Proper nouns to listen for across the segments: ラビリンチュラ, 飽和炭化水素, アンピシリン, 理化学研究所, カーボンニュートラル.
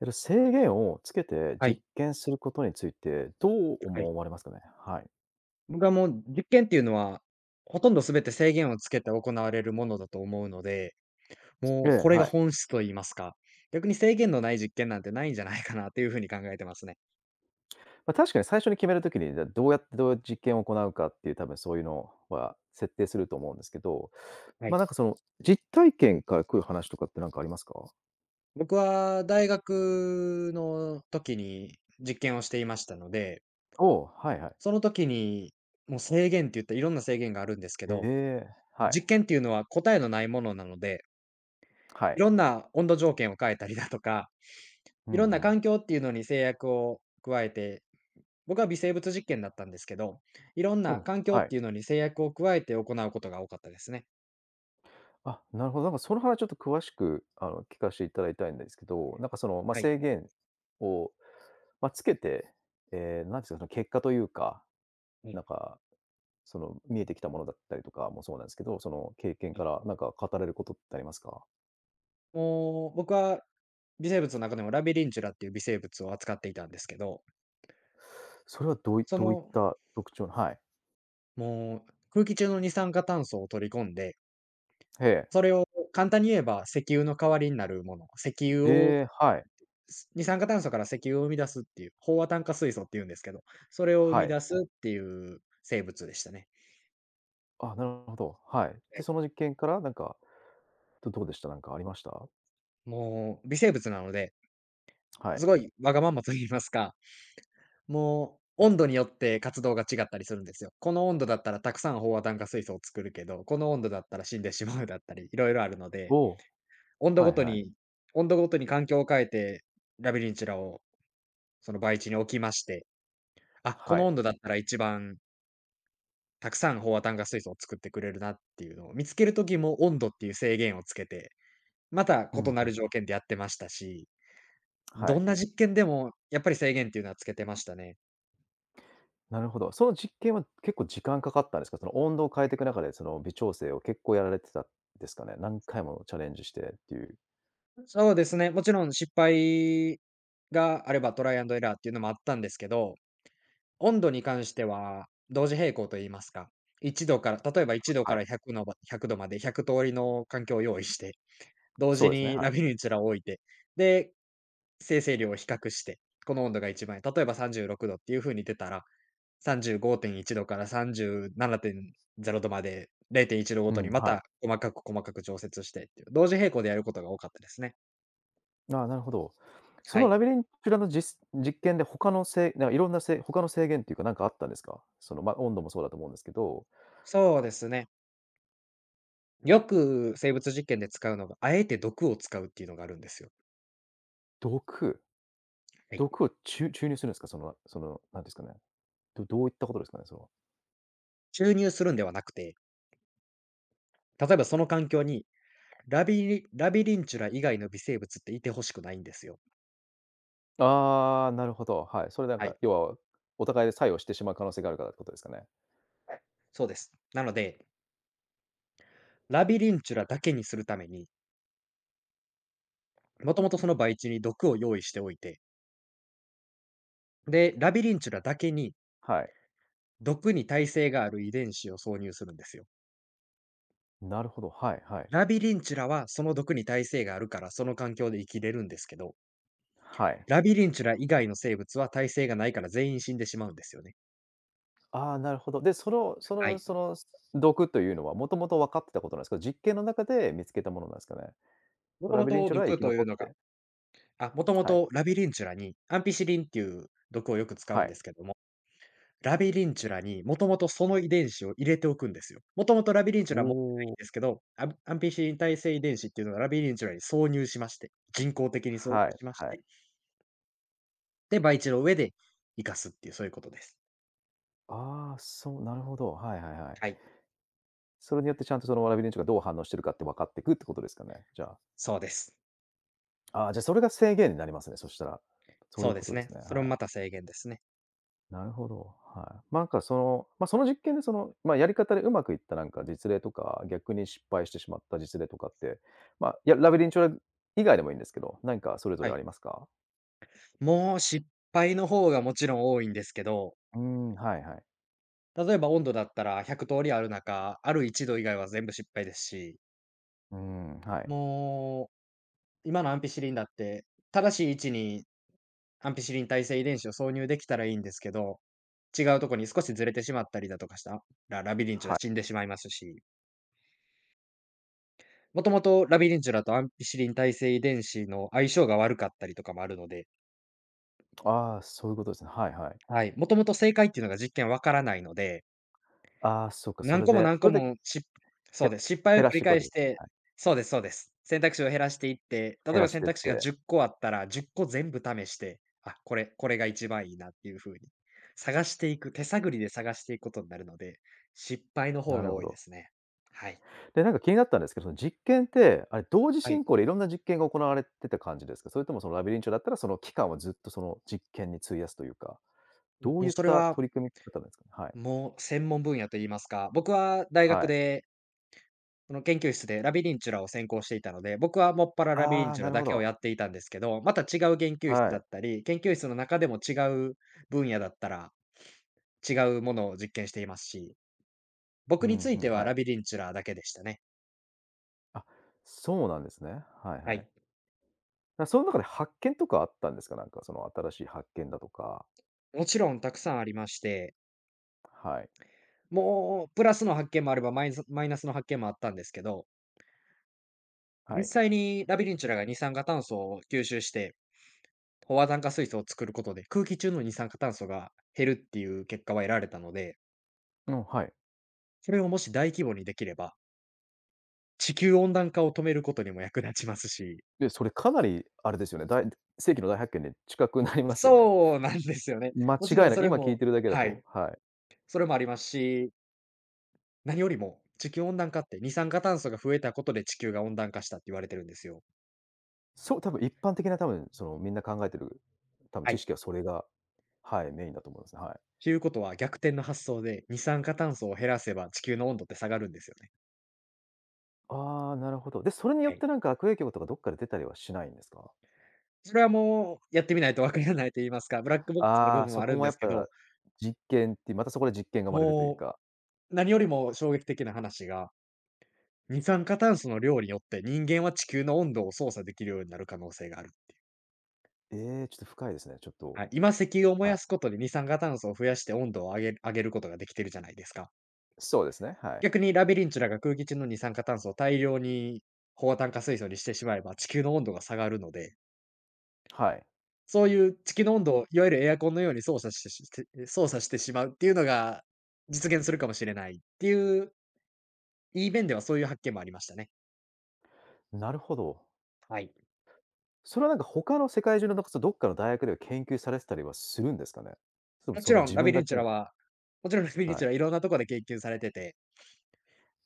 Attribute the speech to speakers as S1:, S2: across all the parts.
S1: 制限をつけて
S2: は
S1: 実
S2: い、
S1: 験することについて、どう
S2: はい。
S1: 思われますかね？はい。
S2: 僕はもう実験っていうのは、ほとんど全て制限をつけて行われるものだと思うので、
S1: え
S2: もう
S1: え、
S2: これが
S1: はい。
S2: 本質と言いますか、逆に制限のない実験なんてないんじゃないかなというふうに考えてますね。
S1: 確かに最初に決める時に、じゃ、どうやってどう実験を行うかっていう、多分そういうのは設定すると思うんですけど、
S2: は
S1: ま、
S2: い。
S1: なんかその、実体験から来る話とかってなんかありますか？
S2: 僕は大学の時に実験をしていましたので、
S1: おお、はいはい。
S2: その時にもう制限って言ったらいろんな制限があるんですけど、
S1: ええ、はい。
S2: 実験っていうのは答えのないものなので、
S1: は
S2: い
S1: い。
S2: ろんな温度条件を変えたりだとか、
S1: う
S2: い
S1: ん
S2: ろん
S1: う
S2: な
S1: ん。
S2: 環境っていうのに制約を加えて、僕は微生物実験だったんですけど、いろん
S1: お
S2: な
S1: お、
S2: 環境
S1: は
S2: っ
S1: い。
S2: ていうのに制約を加えて行うことが多かったですね。
S1: あ、なるほど。なんかその話ちょっと詳しく、聞かしていただきたいんですけど、
S2: はい。
S1: 制限をつけて、ええ、なんていうか、その結果というか、
S2: うん、
S1: なんか、その見えてきたものだったりとかもそうなんですけど、その経験
S2: は
S1: か
S2: い。
S1: らなんか語れることってありますか？
S2: もう、僕は微生物の中でもラビリンチュラっていう微生物を扱っていたんですけど、
S1: それはどうい
S2: そ
S1: どういっ
S2: の、
S1: た特徴の、はい。
S2: もう、空気中の二酸化炭素を取り込んで、
S1: ええ。
S2: それを簡単に言えば石油の代わりになるもの、石油を、
S1: ええ、はい。
S2: 二酸化炭素から石油を生み出すっていう、飽和炭化水素っていうんですけど、それを生
S1: は
S2: み出
S1: い。
S2: すっていう生物でしたね。
S1: あ、なるほど、はい。
S2: は
S1: で、
S2: い。
S1: その実験からなんか、どうでした？なんかありました？
S2: もう微生物なので、
S1: は
S2: す
S1: い。
S2: ごいわがままと言いますか、もう温度によって活動が違ったりするんですよ。この温度だったらたくさん飽和炭化水素を作るけど、この温度だったら死んでしまうだったり、いろいろあるの
S1: お
S2: で、
S1: お、
S2: 温度
S1: は
S2: ご
S1: い
S2: と
S1: はい。
S2: に温度ごとに環境を変えて、ラビリンチュラをその培地に置きまして、あ、こ
S1: は
S2: の
S1: い。
S2: 温度だったら一番たくさん飽和炭化水素を作ってくれるなっていうのを見つける時も、温度っていう制限をつけて、また
S1: う
S2: 異
S1: ん
S2: な
S1: うん。
S2: る条件でやってましたし、
S1: は
S2: ど
S1: い。
S2: んな実験でもやっぱり制限っていうのはつけてましたね。
S1: なるほど。その実験は結構時間かかったんですか？その温度を変えていく中で、その微調整を結構やられてたんですかね？何回もチャレンジしてっていう。
S2: そうですね。もちろん失敗があればトライアンドエラーっていうのもあったんですけど、温度に関しては同時並行と言いますか、1度から、例えば1度
S1: は
S2: から
S1: い。
S2: 100のば1度まで100通りの環境を用意して、同
S1: そ
S2: 時
S1: うですね、
S2: に
S1: はい。
S2: ラビニューチュラを置いて、で、生成量を比較して、この温度が一番いい、例えば36度っていう風に出たら、35.1度から37.0度まで0.1度ご
S1: う
S2: と
S1: ん、
S2: に、ま
S1: はい。
S2: た細かく細かく調節してっていう、同時並行でやることが多かったですね。
S1: ああ、なるほど。そ
S2: は
S1: のラ
S2: い。
S1: ビリンチュラの実験で他のせいなんかいろんな他の制限っていうか、なんかあったんですか？温度もそうだと思うんですけど、
S2: そうですね。よく生物実験で使うのが、あえて毒を使うっていうのがあるんですよ。
S1: 毒
S2: はい。
S1: 毒を注入するんですか？なんですかね、どういったことですかね？それは。
S2: 注入するんではなくて、例えばその環境にラビリンチュラ以外の微生物っていて欲しくないんですよ。
S1: ああ、なるほど、はい。それなん
S2: は
S1: か、
S2: い、
S1: 要はお互いで作用してしまう可能性があるからってことですかね？
S2: そうです。なので、ラビリンチュラだけにするために、もともとその培地に毒を用意しておいて、で、ラビリンチュラだけに
S1: はい。
S2: 毒に耐性がある遺伝子を挿入するんですよ。
S1: なるほど、はいはい。
S2: ラビリンチュラはその毒に耐性があるから、その環境で生きれるんですけど、
S1: はい。
S2: ラビリンチュラ以外の生物は耐性がないから全員死んでしまうんですよね。
S1: ああ、なるほど。で、そのそ
S2: は
S1: の
S2: い。
S1: その毒というのはもともと分かってたことなんですか？実験の中で見つけたものなんですかね？
S2: も
S1: ト
S2: と
S1: ラ
S2: も
S1: ビリン
S2: と
S1: チュラは生
S2: 毒
S1: き
S2: とい
S1: 残っ
S2: うのが
S1: て、
S2: あ、もとも
S1: はい、
S2: とラビリンチュラにアンピシリンっていう毒をよく使う
S1: は
S2: ん
S1: い。
S2: ですけども、ラビリンチュラにもともとその遺伝子を入れておくんですよ。もともとラビリンチ
S1: お
S2: ュラ持ってないん
S1: お、
S2: ですけど、アンピシリン耐性遺伝子っていうのがラビリンチュラに挿入しまして、人工的に挿入
S1: はい
S2: しまし
S1: はい。
S2: て、で、培地の上で生かすっていう、そういうことです。
S1: ああ、そう、なるほど、はいはいはい。
S2: はい、
S1: それによってちゃんとそのラビリンチュラがどう反応してるかって分かっていくってことですかね？じゃあ。
S2: そうです。
S1: ああ、じゃ、それが制限になりますね、そしたら。そういう
S2: そうで
S1: こと
S2: す
S1: で
S2: ね。
S1: すね、
S2: それも
S1: はい。
S2: また制限ですね。
S1: なるほど、はい。その実験でその、やり方でうまくいったなんか実例とか、逆に失敗してしまった実例とかって、いや、ラビリンチョラ以外でもいいんですけど、何かそれぞ
S2: は
S1: れあ
S2: い。
S1: りますか？
S2: もう失敗の方がもちろん多いんですけど、
S1: うーん、はいはい。
S2: 例えば温度だったら100通りある中、ある1度以外は全部失敗ですし、
S1: うーん、はい。
S2: もう、今のアンピシリンだって、正しい位置にアンピシリン耐性遺伝子を挿入できたらいいんですけど、違うとこに少しずれてしまったりだとかしたら、ラビリンチュ
S1: は
S2: ラ
S1: い。
S2: 死んでしまいますし、もともとラビリンチュラとアンピシリン耐性遺伝子の相性が悪かったりとかもあるので、
S1: ああ、そういうことですね。はいはい。
S2: はい、もともと正解っていうのが実験わからないので、
S1: ああ、そっか、そ
S2: 何
S1: れ
S2: 個も
S1: で
S2: 何
S1: そ
S2: 個
S1: れで、
S2: も、そ
S1: へ、
S2: うです。失敗を
S1: 減ら
S2: 繰
S1: し
S2: り
S1: ていくわ
S2: 返
S1: けで
S2: し
S1: す。
S2: て、そうです、そうです。選択肢を減らしていって、例
S1: 減
S2: え
S1: ら
S2: ば
S1: し
S2: 選
S1: てっ
S2: 択肢が
S1: て、
S2: 10個あったら、10個全部試して、あ、これこれが一番いいなっていう風に、探していく、手探りで探していくことになるので、失敗の方
S1: な
S2: が
S1: るほ
S2: 多いで
S1: ど。
S2: すね。はい。
S1: で、なんか気になったんですけど、その実験って、あれ、同時
S2: はい。
S1: 進行でいろんな実験が行われてた感じですか？それともそのラビリンチョだったら、その期間をずっとその実験に費やすというか、どう
S2: もう
S1: いっ
S2: それ
S1: た
S2: は、
S1: 取り組み方ですかね？はい。
S2: もう専門分野と言いますか、僕は大
S1: は
S2: 学
S1: い。
S2: でその研究室でラビリンチュラを専攻していたので、僕はもっぱらラビリ
S1: あ
S2: ン
S1: あ、
S2: チュ
S1: な
S2: ラ
S1: る
S2: だ
S1: ほ
S2: けを
S1: ど。
S2: やっていたんですけど、また違う研究室
S1: は
S2: だっ
S1: い。
S2: たり、研究室の中でも違う分野だったら、違うものを実験していますし、
S1: う
S2: 僕に
S1: ん、
S2: つ
S1: ふ
S2: い
S1: ん、
S2: ては
S1: は
S2: ラ
S1: い。
S2: ビリンチュラだけでしたね。
S1: あ、そうなんですね。はいは
S2: は
S1: い。
S2: い。
S1: その中で発見とかあったんですか？なんかその新しい発見だとか。
S2: もちろんたくさんありまして、
S1: はい。
S2: もうプラスの発見もあればマイナスの発見もあったんですけど、
S1: は
S2: 実
S1: い。
S2: 際にラビリンチュラが二酸化炭素を吸収して、飽和炭化水素を作ることで、空気中の二酸化炭素が減るっていう結果は得られたので、
S1: うん、はい。
S2: それをもし大規模にできれば、地球温暖化を止めることにも役立ちますし。
S1: で、それかなりあれですよね、世紀の大発見に近くなりますよね。
S2: そうなんですよね。
S1: 間
S2: も
S1: 違い
S2: ちろん
S1: なく、
S2: それ
S1: 今聞い
S2: も、
S1: てるだけだ
S2: は
S1: と、
S2: い、
S1: はい。
S2: それもありますし、何よりも地球温暖化って二酸化炭素が増えたことで地球が温暖化したって言われてるんですよ。
S1: そう、多分一般的な多分そのみんな考えてる、多分
S2: は
S1: 知
S2: い。
S1: 識はそれが、はい、メインだと思うんですね。はい。
S2: ということは逆転の発想で、二酸化炭素を減らせば地球の温度って下がるんですよね。
S1: ああ、なるほど。で、それによ
S2: は
S1: っ
S2: い。
S1: てなんか悪影響とかどっかで出たりはしないんですか？
S2: それはもうやってみないとわからないと言いますか、ブラックボックスの部
S1: ああ、
S2: 分
S1: そ
S2: はあ
S1: こ
S2: るん
S1: も
S2: で
S1: や
S2: す
S1: っ
S2: けど、
S1: ぱ実験ってまたそこで実験が生まれるという
S2: も
S1: か。
S2: う何よりも衝撃的な話が、二酸化炭素の量によって人間は地球の温度を操作できるようになる可能性がある。
S1: ええ、ちょっと深いですね、ちょっと。
S2: はい、今石油を燃
S1: は
S2: や
S1: い。
S2: すことで二酸化炭素を増やして、温度を上げることができてるじゃないですか。
S1: そうですね、はい。
S2: 逆にラビリンチュラが空気中の二酸化炭素を大量に飽炭化水素にしてしまえば、地球の温度が下がるので、
S1: はい。
S2: そういう地球の温度をいわゆるエアコンのように操作してしまうっていうのが実現するかもしれないっていう、いい面ではそういう発見もありましたね。
S1: なるほど。
S2: はい。
S1: それはなんか他の世界中のどっかの大学では研究されてたりはするんですかね？それとも
S2: も
S1: そ
S2: ち
S1: の
S2: ろん
S1: 自
S2: ラ
S1: 分
S2: ビリ
S1: だ
S2: ン
S1: け
S2: チュラ
S1: の、
S2: はもちろんラビリン
S1: は
S2: チ
S1: い。
S2: ュラはいろんなところで研究されてて、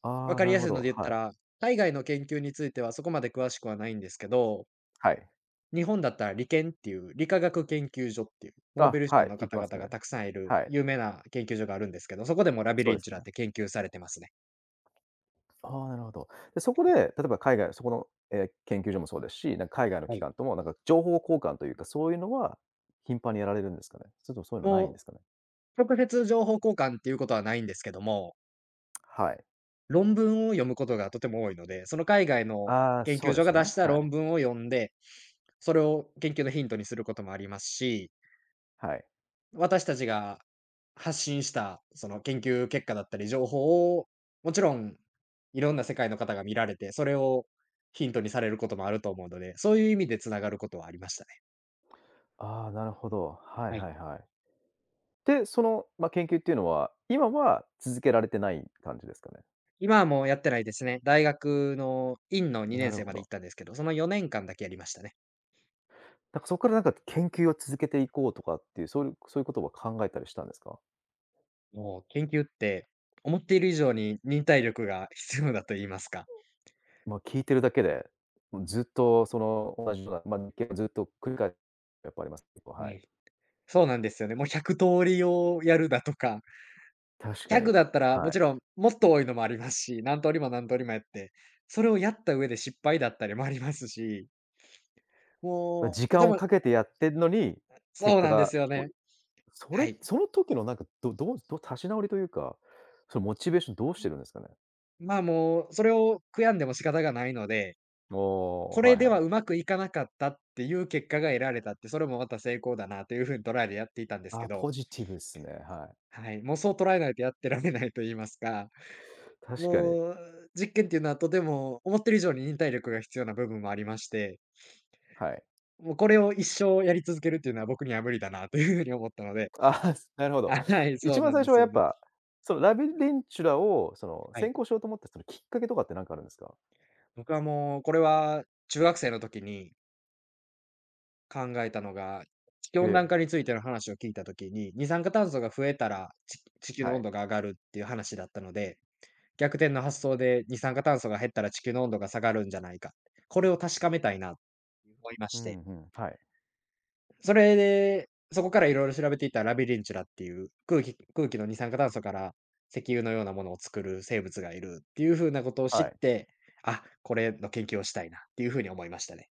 S1: あ
S2: わ
S1: あ、
S2: か
S1: な
S2: り
S1: る
S2: や
S1: ほ
S2: すい
S1: ど。
S2: ので言った
S1: はい。
S2: ら、海外の研究についてはそこまで詳しくはないんですけど、
S1: はい。
S2: 日本だったら理研っていう理化学研究所っていう、ノーベ
S1: あ、
S2: ル
S1: は
S2: 賞
S1: い、
S2: の
S1: 聞き
S2: 方
S1: ます
S2: 々
S1: ね。
S2: がたくさんいる
S1: はい、
S2: 有名な研究所があるんですけど、そこでもラビ
S1: そう
S2: リ
S1: で
S2: ン
S1: す
S2: チュラ
S1: ね。
S2: って研究されてますね。
S1: ああ、なるほど。で、そこで、例えば海外そこの、え、研究所もそうですし、なんか海外の
S2: は
S1: 機
S2: い。
S1: 関ともなんか情報交換というか、そういうのは頻繁にやられるんですかね？それともそういうのないんで
S2: も
S1: すかね？
S2: う直接情報交換っていうことはないんですけども、
S1: はい。
S2: 論文を読むことがとても多いので、その海外の
S1: ああ、
S2: 研
S1: そ
S2: 究
S1: うで
S2: 所
S1: す
S2: が出
S1: ね。
S2: した
S1: はい。
S2: 論文を読んで、それを研究のヒントにすることもありますし、
S1: はい。
S2: 私たちが発信した、その研究結果だったり、情報を、もちろんいろんな世界の方が見られて、それをヒントにされることもあると思うので、そういう意味でつながることはありましたね。
S1: ああ、なるほど。はい
S2: はい。
S1: はいはい。で、その、研究っていうのは、今は続けられてない感じですかね？
S2: 今はもうやってないですね。大学の院の
S1: な
S2: 2年
S1: る
S2: 生
S1: ほ
S2: まで行
S1: ど。
S2: ったんですけど、その4年間だけやりましたね。
S1: なんかそこからなんか研究を続けていこうとかっていう、そういうことは考えたりしたんですか？
S2: もう研究って、思っている以上に忍耐力が必要だと言いますか。
S1: 聞いてるだけで、もうずっとその同じような、ずっと繰り返す、やっぱあります。結構、
S2: は
S1: はい。
S2: い。そうなんですよね。もう100通りをやるだとか、
S1: 確
S2: ギ
S1: か
S2: ャ
S1: に、
S2: グだったら、も
S1: はい。
S2: ちろんもっと多いのもありますし、何通りも何通りもやって、それをやった上で失敗だったりもありますし、も
S1: 時
S2: う、とて
S1: 間を
S2: も
S1: かけてやってんのに、結
S2: そう
S1: 果
S2: なんで
S1: が、
S2: すよ
S1: もう、
S2: ね。
S1: そ
S2: は
S1: れ
S2: い。
S1: その時のなんか、どどうど立ち直りというか、そのモチベーションどうしてるんですかね？
S2: まあ、もう、それを悔やんでも仕方がないので、
S1: おお、
S2: これ
S1: はい
S2: で
S1: は
S2: は
S1: い。
S2: うまくいかなかったっていう結果が得られたって、それもまた成功だなというふうに捉えてやっていたんです
S1: あ
S2: け
S1: あ、
S2: ど、
S1: ポジティブっすね、は
S2: はい、もうそう捉えないとやってられないと言いますか、
S1: い。確かに、
S2: もう、実験っていうのはとても思ってる以上に忍耐力が必要な部分もありまして、
S1: はい。
S2: もうこれを一生やり続けるっていうのは僕には無理だなというふうに思ったので、
S1: ああ、なるほ ど。
S2: あ、はい、そ
S1: 一
S2: う
S1: 番
S2: なん
S1: 最
S2: で
S1: 初は
S2: す
S1: や
S2: よ
S1: っ
S2: ね。
S1: ぱ、そのラビリンチュラをその
S2: は
S1: 専
S2: い。
S1: 攻しようと思ったそのきっかけとかって何かあるんですか？
S2: 僕はもうこれは中学生の時に考えたのが、地球
S1: え
S2: 温暖
S1: え、
S2: 化についての話を聞いた時に、二酸化炭素が増えたら、地球
S1: は
S2: の温
S1: い。
S2: 度が上がるっていう話だったので、逆転の発想で二酸化炭素が減ったら地球の温度が下がるんじゃないか、これを確かめたいなと思いま
S1: う
S2: して、
S1: んうん、はい、
S2: それで、そこからいろいろ調べていったラビリンチュラっていう空気の二酸化炭素から石油のようなものを作る生物がいるっていう風なことを知っ
S1: はい。
S2: て、あ、これの研究をしたいなっていう風に思いましたね。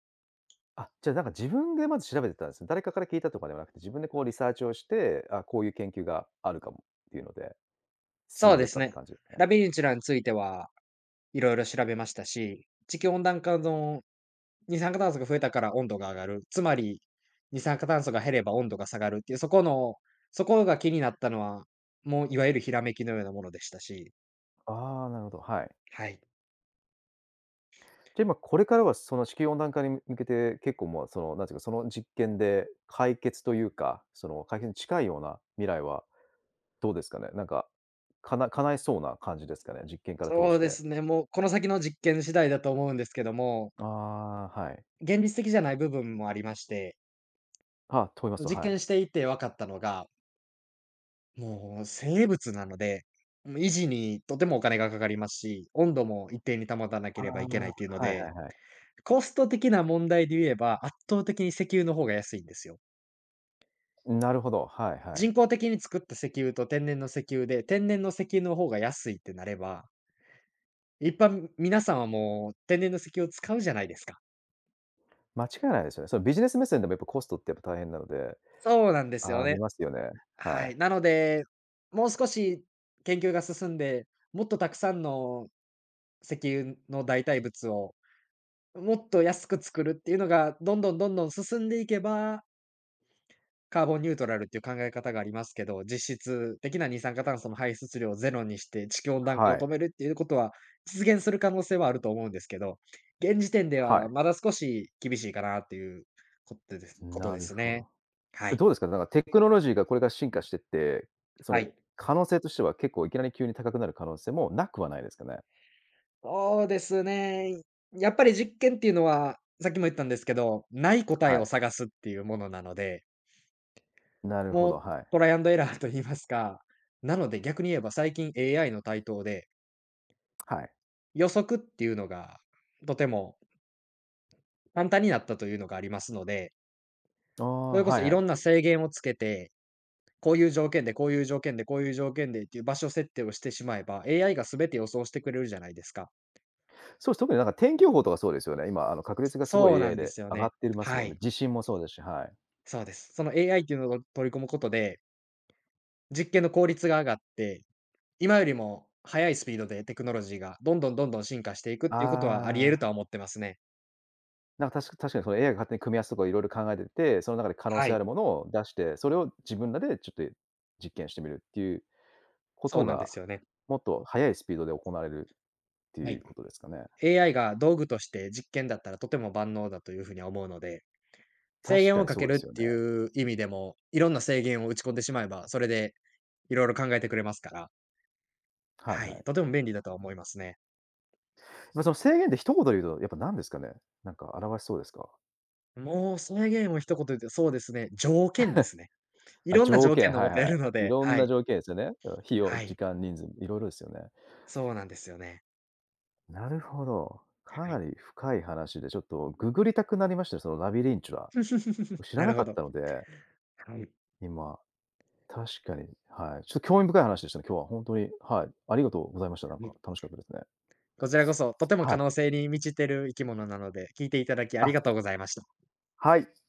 S1: あ、じゃあなんか自分でまず調べてたんですね。誰かから聞いたとかではなくて、自分でこうリサーチをして、あ、こういう研究があるかもっていうので、進
S2: そう
S1: んで
S2: で
S1: っ
S2: す
S1: たって
S2: ね。
S1: 感じですかね。
S2: ラビリンチュラについてはいろいろ調べましたし、地球温暖化の二酸化炭素が増えたから温度が上がる、つまり二酸化炭素が減れば温度が下がるっていう、そこが気になったのは、もういわゆるひらめきのようなものでしたし、
S1: ああ、なるほど、はい。
S2: はい。
S1: じゃ、今これからはその地球温暖化に向けて、結構もうその、なんていうか、その実験で解決というか、その解決に近いような未来はどうですかね？なんか、叶えそうな感じですかね？実験から通
S2: そう
S1: し
S2: で
S1: て。
S2: すね、もうこの先の実験次第だと思うんですけども、
S1: ああ、はい。
S2: 現実的じゃない部分もありまして、
S1: あ、と言いますと、
S2: 実
S1: はい。
S2: 験していて分かったのが、もう生物なので、もう維持にとてもお金がかかりますし、温度も一定に保たなけ
S1: あ
S2: ればいけないというの
S1: あ、はいは
S2: で、
S1: いはい。
S2: コスト的な問題で言えば、圧倒的に石油の方が安いんですよ。
S1: なるほど、はいはい。
S2: 人工的に作った石油と天然の石油で、天然の石油の方が安いってなれば、一般皆さんはもう天然の石油を使うじゃないですか。
S1: 間違いないですよね。そのビジネス目線でもやっぱコストってやっぱ大変なので、
S2: そうなんですよ
S1: あり
S2: ね。
S1: ますよね。は
S2: はい、な
S1: い。
S2: ので、もう少し研究が進んで、もっとたくさんの石油の代替物を、もっと安く作るっていうのが、どんどんどんどん進んでいけば、カーボンニュートラルっていう考え方がありますけど、実質的な二酸化炭素の排出量をゼロにして、地球温暖化
S1: は
S2: を止
S1: い。
S2: めるっていうことは、実現する可能性はあると思うんですけど、現時点で
S1: はい。
S2: はまだ少し厳しいかなっていうことですこと
S1: な
S2: で
S1: る
S2: す
S1: ほ
S2: ね。
S1: ど。
S2: はい、
S1: どうですか？なんかテクノロジーがこれから進化してって、そ
S2: は
S1: の
S2: い。
S1: 可能性としては結構いきなり急に高くなる可能性もなくはないですかね？
S2: そうですね。やっぱり実験っていうのは、さっきも言ったんですけど、ない答え
S1: は
S2: を
S1: い。
S2: 探すっていうものなので、
S1: なるほど、
S2: もう
S1: はい。
S2: トライアンドエラーと言いますか、なので逆に言えば最近 AI の台頭で、
S1: はい。
S2: 予測っていうのがとても簡単になったというのがありますので、
S1: あ
S2: そ
S1: あ、
S2: れこ
S1: は
S2: そ
S1: い
S2: い
S1: は
S2: ろ
S1: い。
S2: んな制限をつけて、こういう条件で、こういう条件で、こういう条件でっていう場所設定をしてしまえば、AI が全て予想してくれるじゃないですか。
S1: そうです。特になんか天気予報とかそうですよね。今あの確率がすごい
S2: そうな
S1: AI
S2: んで
S1: で
S2: すよ
S1: 上がっ
S2: ね。
S1: てます
S2: は
S1: もんね。
S2: い。
S1: 地震もそうですし、はい。
S2: そうです。その AI っていうのを取り込むことで、実験の効率が上がって、今よりも速いスピードでテクノロジーがどんどんどんどん進化していくっていうことはあり得る
S1: あ
S2: と
S1: あ。
S2: は思ってますね。
S1: なんか、確かにその AI が勝手に組み合わせとかいろいろ考えてて、その中で可能
S2: は
S1: 性あ
S2: い、
S1: るものを出して、それを自分らでちょっと実験してみるっていうこ
S2: そう
S1: と
S2: なんで
S1: が、
S2: すよね。
S1: もっと速いスピードで行われるって
S2: は
S1: い
S2: い。
S1: うことですかね。
S2: AI が道具として実験だったらとても万能だというふうには思うので、制
S1: 確
S2: 限
S1: か
S2: を
S1: に
S2: か
S1: そ
S2: け
S1: うで
S2: る
S1: す
S2: っ
S1: よ
S2: て
S1: ね。
S2: いう意味でも、いろんな制限を打ち込んでしまえば、それでいろいろ考えてくれますから、
S1: はい
S2: は
S1: は
S2: い、
S1: い。
S2: とても便利だとは思いますね。
S1: その制限って一言で言うと、やっぱ何ですかね？なんか表しそうですか？
S2: もう制限を一言で言うと、そうですね、条件ですね。い
S1: あ、
S2: ろんな
S1: 条
S2: 条件
S1: 件、
S2: の
S1: は
S2: も
S1: い
S2: とや
S1: はい。
S2: るの
S1: い
S2: で、
S1: ろん
S2: は
S1: な
S2: い、
S1: 条件ですよね。うん、費用、
S2: は
S1: 時
S2: い、
S1: 間、人数、いろいろですよね。
S2: そうなんですよね。
S1: なるほど。か
S2: は
S1: な
S2: い。
S1: り深い話で、ちょっとググりたくなりましたよ、そのラビリンチュラ。知ら
S2: な
S1: な
S2: る
S1: か
S2: ほ
S1: っ
S2: ど。
S1: たので、
S2: はい。
S1: 今。確かに、はい。ちょっと興味深い話でしたね、今日は本当に、はい。ありがとうございました。なん
S2: は
S1: か
S2: い。
S1: 楽しかったですね。
S2: こちらこそ、とても
S1: は
S2: 可
S1: い。
S2: 能性に満ちてる生き物なので、聞いていただきあり
S1: あ、
S2: がとうございました。
S1: はい。